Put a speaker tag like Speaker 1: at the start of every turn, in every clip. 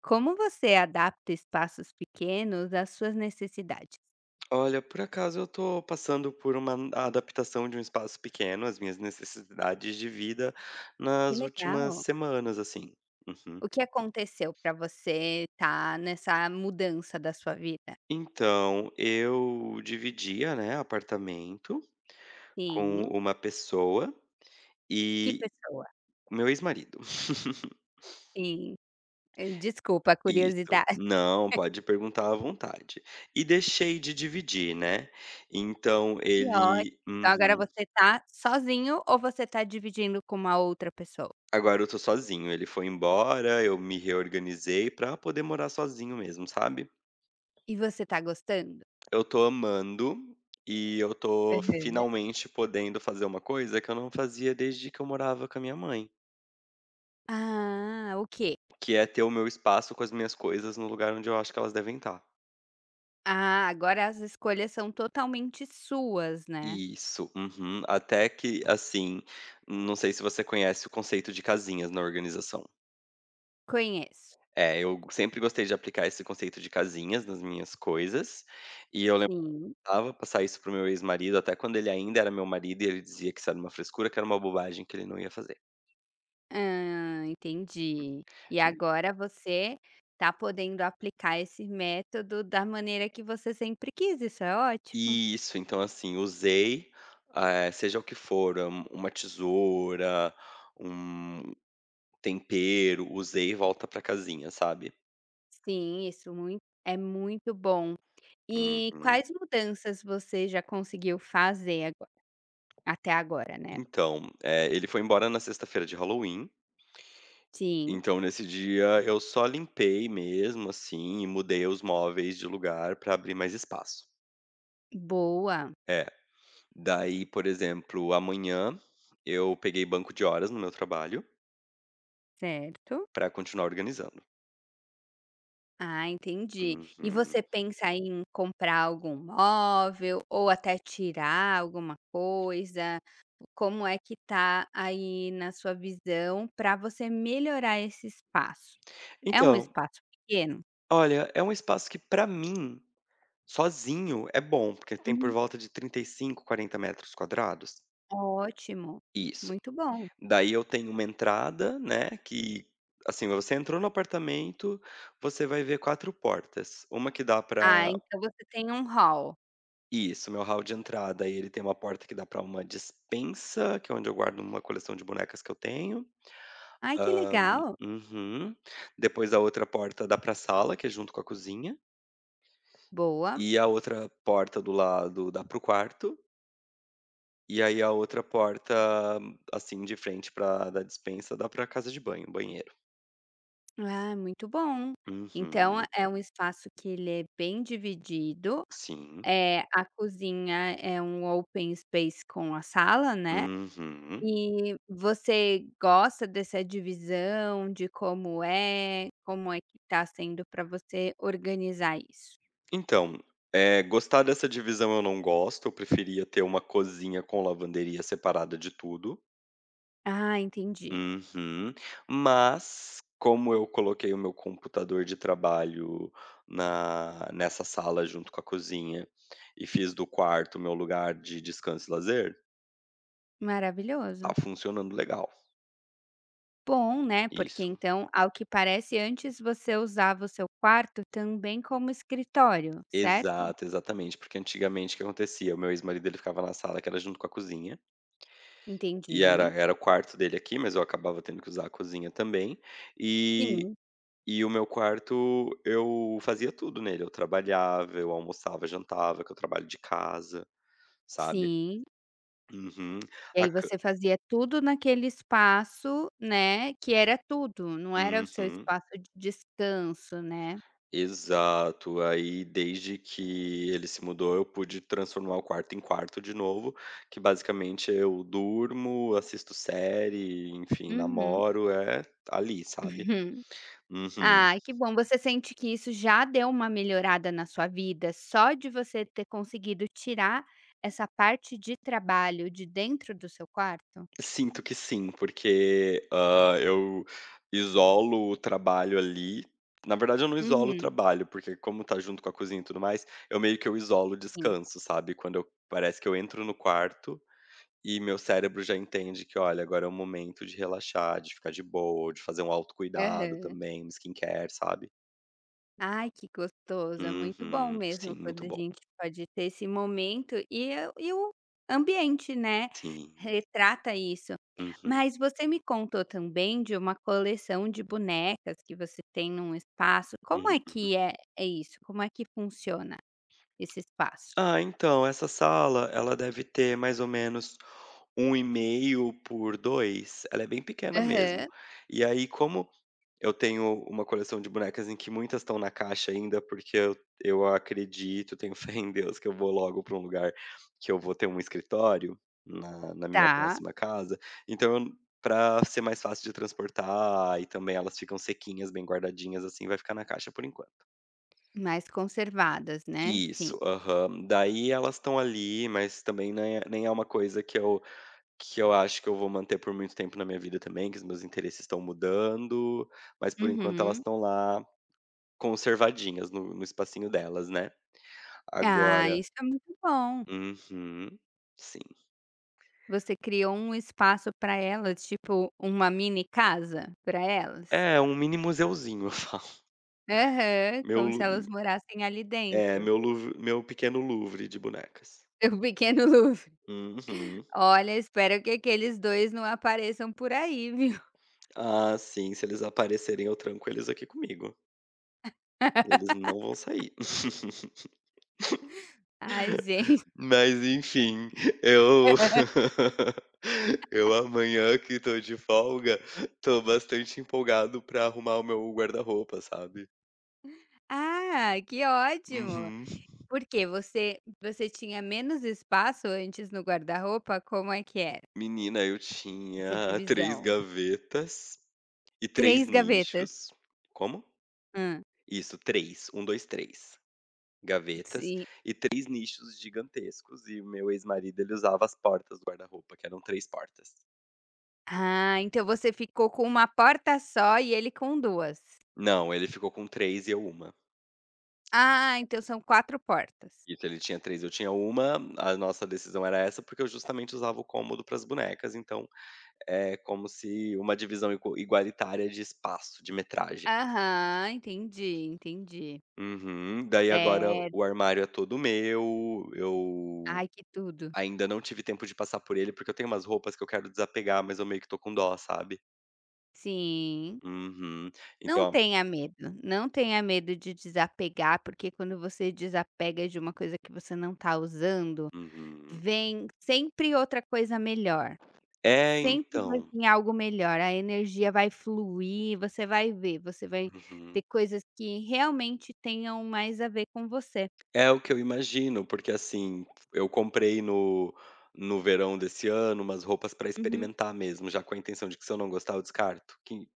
Speaker 1: Como você adapta espaços pequenos às suas necessidades?
Speaker 2: Olha, por acaso eu tô passando por uma adaptação de um espaço pequeno, as minhas necessidades de vida
Speaker 1: Que
Speaker 2: nas últimas
Speaker 1: legal.
Speaker 2: semanas, assim. Uhum.
Speaker 1: O que aconteceu para você estar nessa mudança da sua vida?
Speaker 2: Então, eu dividia, né, apartamento com
Speaker 1: Sim.
Speaker 2: uma pessoa
Speaker 1: Que
Speaker 2: e
Speaker 1: pessoa?
Speaker 2: meu ex-marido.
Speaker 1: Sim. Desculpa a
Speaker 2: Isso.
Speaker 1: curiosidade.
Speaker 2: Não, pode perguntar à vontade. E deixei de dividir, né? Então
Speaker 1: Que ótimo.
Speaker 2: ele.
Speaker 1: Então agora
Speaker 2: Uhum.
Speaker 1: você tá sozinho ou você tá dividindo com uma outra pessoa?
Speaker 2: Agora eu tô sozinho, ele foi embora, eu me reorganizei pra poder morar sozinho mesmo, sabe.
Speaker 1: E você tá gostando?
Speaker 2: Eu tô amando, e eu tô
Speaker 1: Aham.
Speaker 2: finalmente podendo fazer uma coisa que eu não fazia desde que eu morava com a minha mãe,
Speaker 1: Ah, o quê?
Speaker 2: que é ter o meu espaço com as minhas coisas no lugar onde eu acho que elas devem estar.
Speaker 1: Ah, agora as escolhas são totalmente suas, né.
Speaker 2: Isso, uhum. Até que, assim, não sei se você conhece o conceito de casinhas na organização.
Speaker 1: Conheço.
Speaker 2: É, eu sempre gostei de aplicar esse conceito de casinhas nas minhas coisas, e eu
Speaker 1: Sim.
Speaker 2: tava passar isso pro meu ex-marido, até quando ele ainda era meu marido e ele dizia que isso era uma frescura, que era uma bobagem, que ele não ia fazer.
Speaker 1: Hã, entendi. E agora você está podendo aplicar esse método da maneira que você sempre quis, isso é ótimo.
Speaker 2: Isso, então assim, usei, seja o que for, uma tesoura, um tempero, usei e volta pra casinha, sabe.
Speaker 1: Sim, isso mui é muito bom. E
Speaker 2: Uhum.
Speaker 1: quais mudanças você já conseguiu fazer ago até agora, né?
Speaker 2: Então, ele foi embora na sexta-feira de Halloween,
Speaker 1: Sim,
Speaker 2: então nesse dia eu só limpei mesmo, assim, e mudei os móveis de lugar pra abrir mais espaço.
Speaker 1: boa,
Speaker 2: É. Daí, por exemplo, amanhã eu peguei banco de horas no meu trabalho
Speaker 1: certo.
Speaker 2: para continuar organizando.
Speaker 1: Ah, entendi. E
Speaker 2: Uhum.
Speaker 1: você pensa em comprar algum móvel ou até tirar alguma coisa? Como é que tá aí na sua visão para você melhorar esse espaço? É um
Speaker 2: Então,
Speaker 1: espaço pequeno?
Speaker 2: olha, é um espaço que pra mim, sozinho, é bom, porque tem por
Speaker 1: Uhum.
Speaker 2: volta de 35, 40 metros quadrados.
Speaker 1: Ótimo,
Speaker 2: Isso.
Speaker 1: muito bom.
Speaker 2: Daí eu tenho uma entrada, né, que assim, você entrou no apartamento, você vai ver 4 portas. Uma que dá pra
Speaker 1: Ah, então você tem um hall.
Speaker 2: isso, meu hall de entrada, aí ele tem uma porta que dá pra uma despensa, que é onde eu guardo uma coleção de bonecas que eu tenho.
Speaker 1: Ai, que legal.
Speaker 2: Uhum. Depois a outra porta dá pra sala, que é junto com a cozinha,
Speaker 1: Boa.
Speaker 2: e a outra porta do lado dá para o quarto, e aí a outra porta, assim, de frente pra da despensa dá pra casa de banho, banheiro.
Speaker 1: Ah, muito bom. Então
Speaker 2: Uhum.
Speaker 1: é um espaço que ele é bem dividido.
Speaker 2: Sim.
Speaker 1: É, a cozinha é um open space com a sala, né.
Speaker 2: Uhum.
Speaker 1: E você gosta dessa divisão, de como é que tá sendo para você organizar isso?
Speaker 2: Então, gostar dessa divisão eu não gosto, eu preferia ter uma cozinha com lavanderia separada de tudo.
Speaker 1: Ah, entendi.
Speaker 2: Uhum. Mas, como eu coloquei o meu computador de trabalho na nessa sala junto com a cozinha, e fiz do quarto meu lugar de descanso e lazer,
Speaker 1: Maravilhoso.
Speaker 2: tá funcionando legal.
Speaker 1: Bom, né, porque
Speaker 2: Isso.
Speaker 1: então, ao que parece, antes você usava o seu quarto também como escritório, certo?
Speaker 2: Exato, exatamente, porque antigamente o que acontecia, o meu ex-marido ele ficava na sala que era junto com a cozinha,
Speaker 1: Entendi.
Speaker 2: e era o quarto dele aqui, mas eu acabava tendo que usar a cozinha também, e
Speaker 1: Sim,
Speaker 2: E o meu quarto, eu fazia tudo nele, eu trabalhava, eu almoçava, jantava, que eu trabalho de casa, sabe.
Speaker 1: sim.
Speaker 2: Uhum.
Speaker 1: E
Speaker 2: A
Speaker 1: aí
Speaker 2: ca
Speaker 1: você fazia tudo naquele espaço, né, que era tudo, não era o seu
Speaker 2: uhum.
Speaker 1: espaço de descanso, né.
Speaker 2: Exato. Aí, desde que ele se mudou, eu pude transformar o quarto em quarto de novo, que basicamente eu durmo, assisto série, enfim,
Speaker 1: Uhum.
Speaker 2: namoro, é ali, sabe.
Speaker 1: Uhum.
Speaker 2: Uhum.
Speaker 1: Ai, que bom. Você sente que isso já deu uma melhorada na sua vida, só de você ter conseguido tirar essa parte de trabalho de dentro do seu quarto?
Speaker 2: Sinto que sim, porque, eu isolo o trabalho ali. Na verdade eu não isolo o
Speaker 1: Uhum,
Speaker 2: trabalho, porque como tá junto com a cozinha e tudo mais, eu meio que eu isolo o
Speaker 1: sim.
Speaker 2: descanso, sabe. Quando eu parece que eu entro no quarto e meu cérebro já entende que: "Olha, agora é o momento de relaxar, de ficar de boa, de fazer um autocuidado
Speaker 1: Aham.
Speaker 2: também, um skincare", sabe.
Speaker 1: Ai, que gostoso, é muito bom
Speaker 2: Uhum.
Speaker 1: mesmo
Speaker 2: Sim,
Speaker 1: quando
Speaker 2: muito
Speaker 1: a
Speaker 2: bom.
Speaker 1: gente pode ter esse momento e o ambiente, né,
Speaker 2: Sim.
Speaker 1: retrata isso.
Speaker 2: Uhum.
Speaker 1: Mas você me contou também de uma coleção de bonecas que você tem num espaço, como é
Speaker 2: Uhum.
Speaker 1: que é isso? Como é que funciona esse espaço?
Speaker 2: Ah, então, essa sala, ela deve ter mais ou menos 1,5 por 2. Ela é bem pequena mesmo.
Speaker 1: Aham,
Speaker 2: E aí, como eu tenho uma coleção de bonecas em que muitas estão na caixa ainda, porque eu acredito, tenho fé em Deus que eu vou logo para um lugar que eu vou ter um escritório na minha
Speaker 1: tá,
Speaker 2: próxima casa, então para ser mais fácil de transportar e também elas ficam sequinhas, bem guardadinhas, assim, vai ficar na caixa por enquanto.
Speaker 1: mais conservadas, né, sim.
Speaker 2: Isso, aham. Daí elas estão ali, mas também nem é uma coisa que eu acho que eu vou manter por muito tempo na minha vida também, que os meus interesses estão mudando, mas por enquanto elas
Speaker 1: Uhum.
Speaker 2: estão lá conservadinhas no espacinho delas, né.
Speaker 1: Ah,
Speaker 2: Agora
Speaker 1: isso é muito bom.
Speaker 2: Uhum, sim.
Speaker 1: Você criou um espaço para elas, tipo, uma mini casa para elas?
Speaker 2: É, um mini museuzinho eu falo.
Speaker 1: Aham,
Speaker 2: Meu
Speaker 1: como se
Speaker 2: Lu
Speaker 1: elas morassem ali
Speaker 2: é,
Speaker 1: dentro.
Speaker 2: meu Louvre meu pequeno Louvre de bonecas.
Speaker 1: O pequeno Louvre.
Speaker 2: Uhum.
Speaker 1: Olha, espero que aqueles 2 não apareçam por aí, viu.
Speaker 2: Ah, sim, se eles aparecerem eu tranco eles aqui comigo, eles não vão sair.
Speaker 1: Ai, gente.
Speaker 2: Mas enfim, eu eu amanhã que tô de folga, tô bastante empolgado pra arrumar o meu guarda-roupa, sabe.
Speaker 1: Ah, que ótimo.
Speaker 2: Uhum.
Speaker 1: Por quê? Você tinha menos espaço antes no guarda-roupa? Como é que era
Speaker 2: Menina, eu
Speaker 1: essa
Speaker 2: tinha 3
Speaker 1: divisão?
Speaker 2: gavetas e 3
Speaker 1: 3 gavetas.
Speaker 2: nichos. Como?
Speaker 1: Hum.
Speaker 2: Isso, três, um, dois, três gavetas
Speaker 1: Sim.
Speaker 2: e três nichos gigantescos e meu ex-marido ele usava as portas do guarda-roupa, que eram 3 portas.
Speaker 1: Ah, então você ficou com uma porta só e ele com 2.
Speaker 2: Não, ele ficou com 3 e eu uma.
Speaker 1: Ah, então são 4 portas.
Speaker 2: Isso, ele tinha 3, eu tinha uma. A nossa decisão era essa, porque eu justamente usava o cômodo para as bonecas, então é como se uma divisão igualitária de espaço, de metragem.
Speaker 1: Aham, entendi, entendi.
Speaker 2: Uhum. Daí agora
Speaker 1: Certo.
Speaker 2: o armário é todo meu, eu
Speaker 1: Ai, que tudo.
Speaker 2: ainda não tive tempo de passar por ele, porque eu tenho umas roupas que eu quero desapegar, mas eu meio que tô com dó, sabe.
Speaker 1: Sim.
Speaker 2: Uhum.
Speaker 1: Não
Speaker 2: Então
Speaker 1: tenha medo, não tenha medo de desapegar, porque quando você desapega de uma coisa que você não está usando,
Speaker 2: uhum.
Speaker 1: vem sempre outra coisa melhor.
Speaker 2: É,
Speaker 1: Sempre vai
Speaker 2: então.
Speaker 1: vir algo melhor, a energia vai fluir, você vai ver, você vai ter
Speaker 2: Uhum.
Speaker 1: coisas que realmente tenham mais a ver com você.
Speaker 2: É o que eu imagino, porque assim, eu comprei no verão desse ano umas roupas para
Speaker 1: Uhum.
Speaker 2: experimentar mesmo, já com a intenção de que se eu não gostar eu descarto, que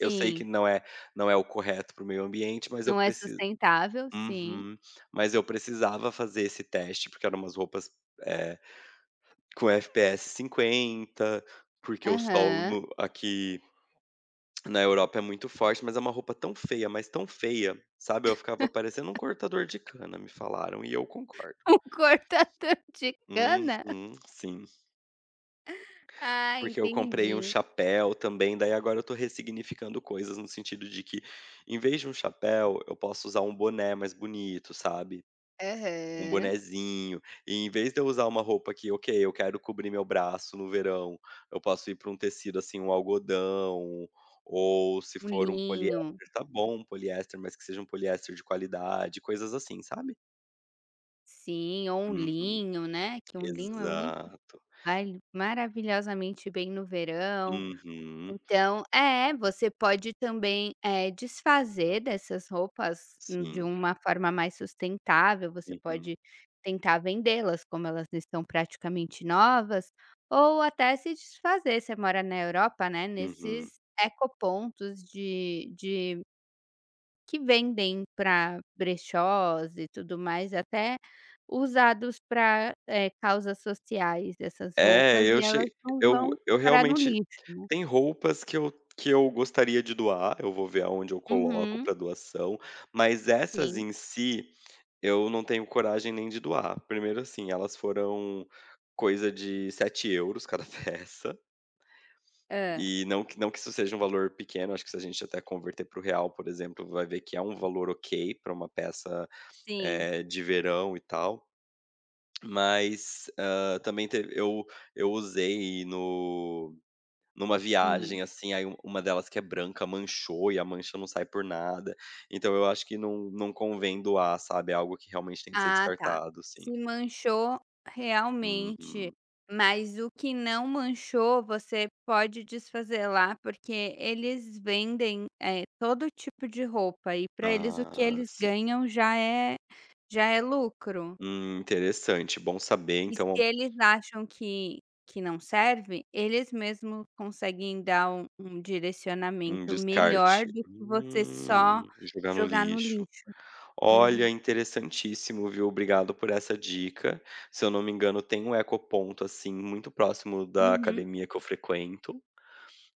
Speaker 2: eu sei que não é o correto para o meio ambiente, mas eu
Speaker 1: não é
Speaker 2: preci
Speaker 1: sustentável, sim.
Speaker 2: Uhum. Mas eu precisava fazer esse teste, porque eram umas roupas, eh, com FPS 50, porque o sol
Speaker 1: Aham.
Speaker 2: no aqui na Europa é muito forte, mas é uma roupa tão feia, mas tão feia, sabe, eu ficava parecendo um cortador de cana, me falaram, e eu concordo.
Speaker 1: Um cortador de
Speaker 2: Uhum,
Speaker 1: cana?
Speaker 2: sim.
Speaker 1: Ah,
Speaker 2: Porque eu comprei um
Speaker 1: entendi.
Speaker 2: chapéu também, daí agora eu tô ressignificando coisas no sentido de que, em vez de um chapéu, eu posso usar um boné mais bonito, sabe? Um
Speaker 1: Aham.
Speaker 2: bonezinho. E em vez de eu usar uma roupa que, ok, eu quero cobrir meu braço no verão, eu posso ir pra um tecido assim, um algodão, ou se
Speaker 1: Um
Speaker 2: for um
Speaker 1: linho.
Speaker 2: poliéster, tá bom, um poliéster, mas que seja um poliéster de qualidade, coisas assim, sabe?
Speaker 1: Sim, ou um
Speaker 2: Uhum,
Speaker 1: linho, né, que um linho é muito
Speaker 2: exato.
Speaker 1: ai, maravilhosamente bem no verão.
Speaker 2: Uhum,
Speaker 1: Então é, você pode também, desfazer dessas roupas de
Speaker 2: sim.
Speaker 1: uma forma mais sustentável, você
Speaker 2: Uhum.
Speaker 1: pode tentar vendê-las, como elas estão praticamente novas, ou até se desfazer, você mora na Europa, né,
Speaker 2: Uhum.
Speaker 1: nesses ecopontos de que vendem para brechós e tudo mais, até usados para causas sociais, essas
Speaker 2: É,
Speaker 1: roupas,
Speaker 2: eu
Speaker 1: e elas
Speaker 2: che
Speaker 1: não vão
Speaker 2: eu
Speaker 1: parar no
Speaker 2: realmente
Speaker 1: lixo, né.
Speaker 2: tem roupas que eu gostaria de doar, eu vou ver aonde eu coloco
Speaker 1: Uhum,
Speaker 2: para doação, mas essas
Speaker 1: sim.
Speaker 2: em si, eu não tenho coragem nem de doar. Primeiro assim, elas foram coisa de 7 euros cada peça,
Speaker 1: Hã.
Speaker 2: e não que isso seja um valor pequeno, acho que se a gente até converter para o real, por exemplo, vai ver que é um valor ok para uma peça,
Speaker 1: Sim.
Speaker 2: de verão e tal. Mas, também teve eu usei no numa
Speaker 1: Hum.
Speaker 2: viagem, assim, aí u uma delas que é branca manchou e a mancha não sai por nada, então eu acho que não convém doar, sabe, é algo que realmente tem que ser
Speaker 1: Ah, tá.
Speaker 2: descartado, sim.
Speaker 1: Se manchou, realmente,
Speaker 2: Uhum.
Speaker 1: mas o que não manchou você pode desfazer lá, porque eles vendem, todo tipo de roupa e pra eles o que
Speaker 2: Ah,
Speaker 1: eles
Speaker 2: sim.
Speaker 1: ganham já é lucro.
Speaker 2: Interessante, bom saber,
Speaker 1: E se
Speaker 2: então,
Speaker 1: eles acham que não serve, eles mesmo conseguem dar um
Speaker 2: um
Speaker 1: direcionamento melhor
Speaker 2: descarte.
Speaker 1: do que você só
Speaker 2: Jogar no
Speaker 1: jogar no
Speaker 2: lixo.
Speaker 1: lixo. Uhum.
Speaker 2: Olha, interessantíssimo, viu. Obrigado por essa dica. Se eu não me engano, tem um ecoponto, assim, muito próximo da
Speaker 1: Uhum.
Speaker 2: academia que eu frequento,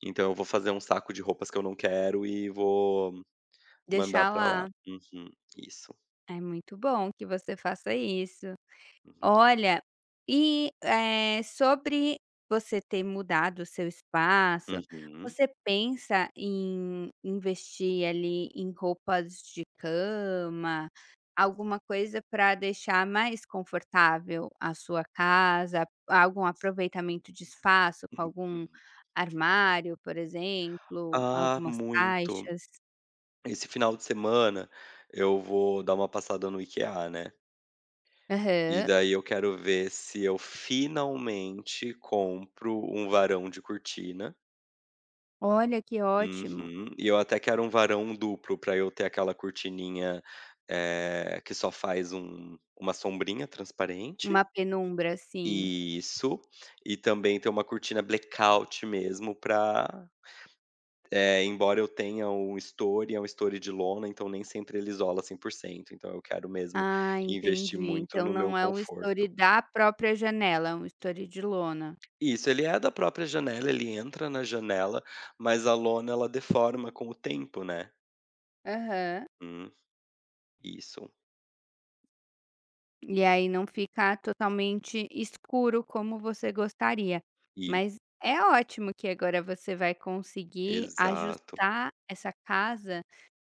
Speaker 2: então eu vou fazer um saco de roupas que eu não quero e vou mandar
Speaker 1: Deixar
Speaker 2: pra lá.
Speaker 1: lá.
Speaker 2: Uhum, isso.
Speaker 1: É muito bom que você faça isso.
Speaker 2: Uhum.
Speaker 1: Olha, e sobre você ter mudado o seu espaço,
Speaker 2: Uhum,
Speaker 1: você pensa em investir ali em roupas de cama, alguma coisa para deixar mais confortável a sua casa, algum aproveitamento de espaço com algum
Speaker 2: uhum.
Speaker 1: armário, por exemplo,
Speaker 2: Ah,
Speaker 1: algumas
Speaker 2: muito.
Speaker 1: caixas?
Speaker 2: Esse final de semana eu vou dar uma passada no IKEA, né, e
Speaker 1: Aham.
Speaker 2: daí eu quero ver se eu finalmente compro um varão de cortina.
Speaker 1: Olha, que ótimo.
Speaker 2: Uhum. E eu até quero um varão duplo para eu ter aquela cortininha, que só faz uma sombrinha transparente.
Speaker 1: Uma penumbra, assim.
Speaker 2: Isso. E também ter uma cortina blackout mesmo para embora eu tenha um story, é um story de lona, então nem sempre ele isola 100%, então eu quero mesmo
Speaker 1: Ah,
Speaker 2: investir
Speaker 1: entendi.
Speaker 2: muito
Speaker 1: Então
Speaker 2: no meu
Speaker 1: não é um story
Speaker 2: conforto.
Speaker 1: da própria janela, é um story de lona.
Speaker 2: Isso, ele é da própria janela, ele entra na janela, mas a lona ela deforma com o tempo, né.
Speaker 1: Aham.
Speaker 2: Hum, isso.
Speaker 1: E aí não fica totalmente escuro como você gostaria. Mas é ótimo que agora você vai conseguir
Speaker 2: Exato.
Speaker 1: ajustar essa casa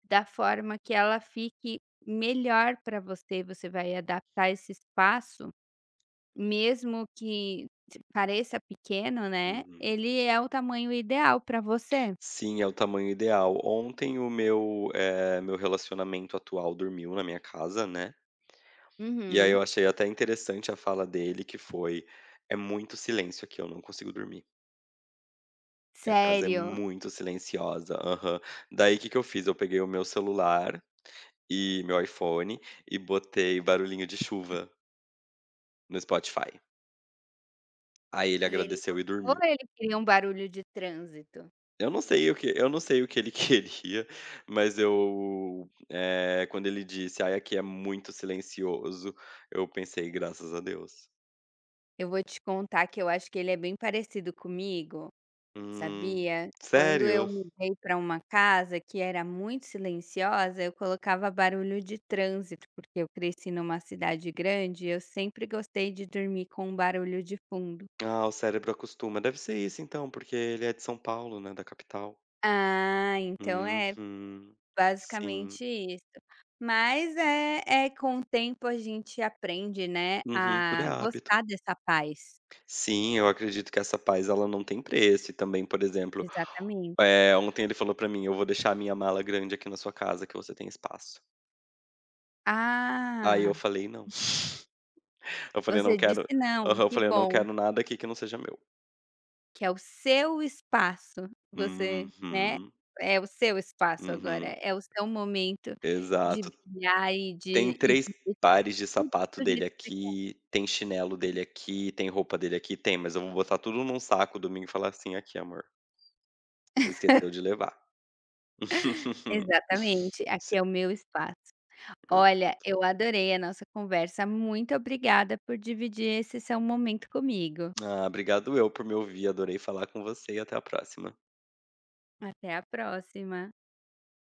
Speaker 1: da forma que ela fique melhor para você, você vai adaptar esse espaço. Mesmo que t pareça pequeno, né,
Speaker 2: Uhum.
Speaker 1: ele é o tamanho ideal para você.
Speaker 2: Sim, é o tamanho ideal. Ontem o meu relacionamento atual dormiu na minha casa, né, e aí
Speaker 1: Uhum.
Speaker 2: eu achei até interessante a fala dele que foi: "É muito silêncio aqui, eu não consigo dormir, que a casa é
Speaker 1: Sério.
Speaker 2: muito silenciosa". Aham. Daí o que que eu fiz? Eu peguei o meu celular e meu iPhone e botei barulhinho de chuva no Spotify. Aí ele
Speaker 1: E ele
Speaker 2: agradeceu e
Speaker 1: gostou? Ou
Speaker 2: dormiu.
Speaker 1: ele queria um barulho de trânsito?
Speaker 2: Eu não sei o que eu não sei o que ele queria, mas quando ele disse: "Ai, aqui é muito silencioso", eu pensei: "Graças a Deus".
Speaker 1: Eu vou te contar que eu acho que ele é bem parecido comigo,
Speaker 2: "Hum,
Speaker 1: sabia? Quando eu
Speaker 2: sério?
Speaker 1: mudei para uma casa que era muito silenciosa, eu colocava barulho de trânsito, porque eu cresci numa cidade grande e eu sempre gostei de dormir com um barulho de fundo.
Speaker 2: Ah, o cérebro acostuma". Deve ser isso então, porque ele é de São Paulo, né, da capital.
Speaker 1: Ah, então é
Speaker 2: Uhum. Sim.
Speaker 1: basicamente isso. Mas é com o tempo a gente aprende, né,
Speaker 2: Uhum, tudo é
Speaker 1: a
Speaker 2: hábito.
Speaker 1: gostar dessa paz.
Speaker 2: Sim, eu acredito que essa paz ela não tem preço e também, por exemplo,
Speaker 1: Exatamente.
Speaker 2: ontem ele falou pra mim: "Eu vou deixar a minha mala grande aqui na sua casa que você tem espaço". Aí eu
Speaker 1: Ah,
Speaker 2: falei: "Não". Eu falei: "Não
Speaker 1: você disse
Speaker 2: quero",
Speaker 1: "não",
Speaker 2: aham, eu
Speaker 1: que
Speaker 2: falei: "Eu não
Speaker 1: bom,
Speaker 2: quero nada aqui que não seja meu".
Speaker 1: que é o seu espaço. Você
Speaker 2: Uhum,
Speaker 1: é o seu espaço agora,
Speaker 2: uhum,
Speaker 1: é o seu momento de
Speaker 2: exato.
Speaker 1: brilhar e
Speaker 2: Tem
Speaker 1: de e
Speaker 2: 3
Speaker 1: de deixar
Speaker 2: pares de
Speaker 1: tudo
Speaker 2: sapato
Speaker 1: do jeito
Speaker 2: dele
Speaker 1: que você quer.
Speaker 2: aqui, tem chinelo dele aqui, tem roupa dele aqui, tem, mas eu vou botar tudo num saco domingo e falar assim: "Aqui amor, esqueceu de levar".
Speaker 1: Exatamente,
Speaker 2: Sim,
Speaker 1: aqui é o meu espaço. Olha,
Speaker 2: exato.
Speaker 1: eu adorei a nossa conversa. Muito obrigada por dividir esse seu momento comigo.
Speaker 2: Ah, obrigado eu por me ouvir, adorei falar com você e até a próxima.
Speaker 1: Até a próxima.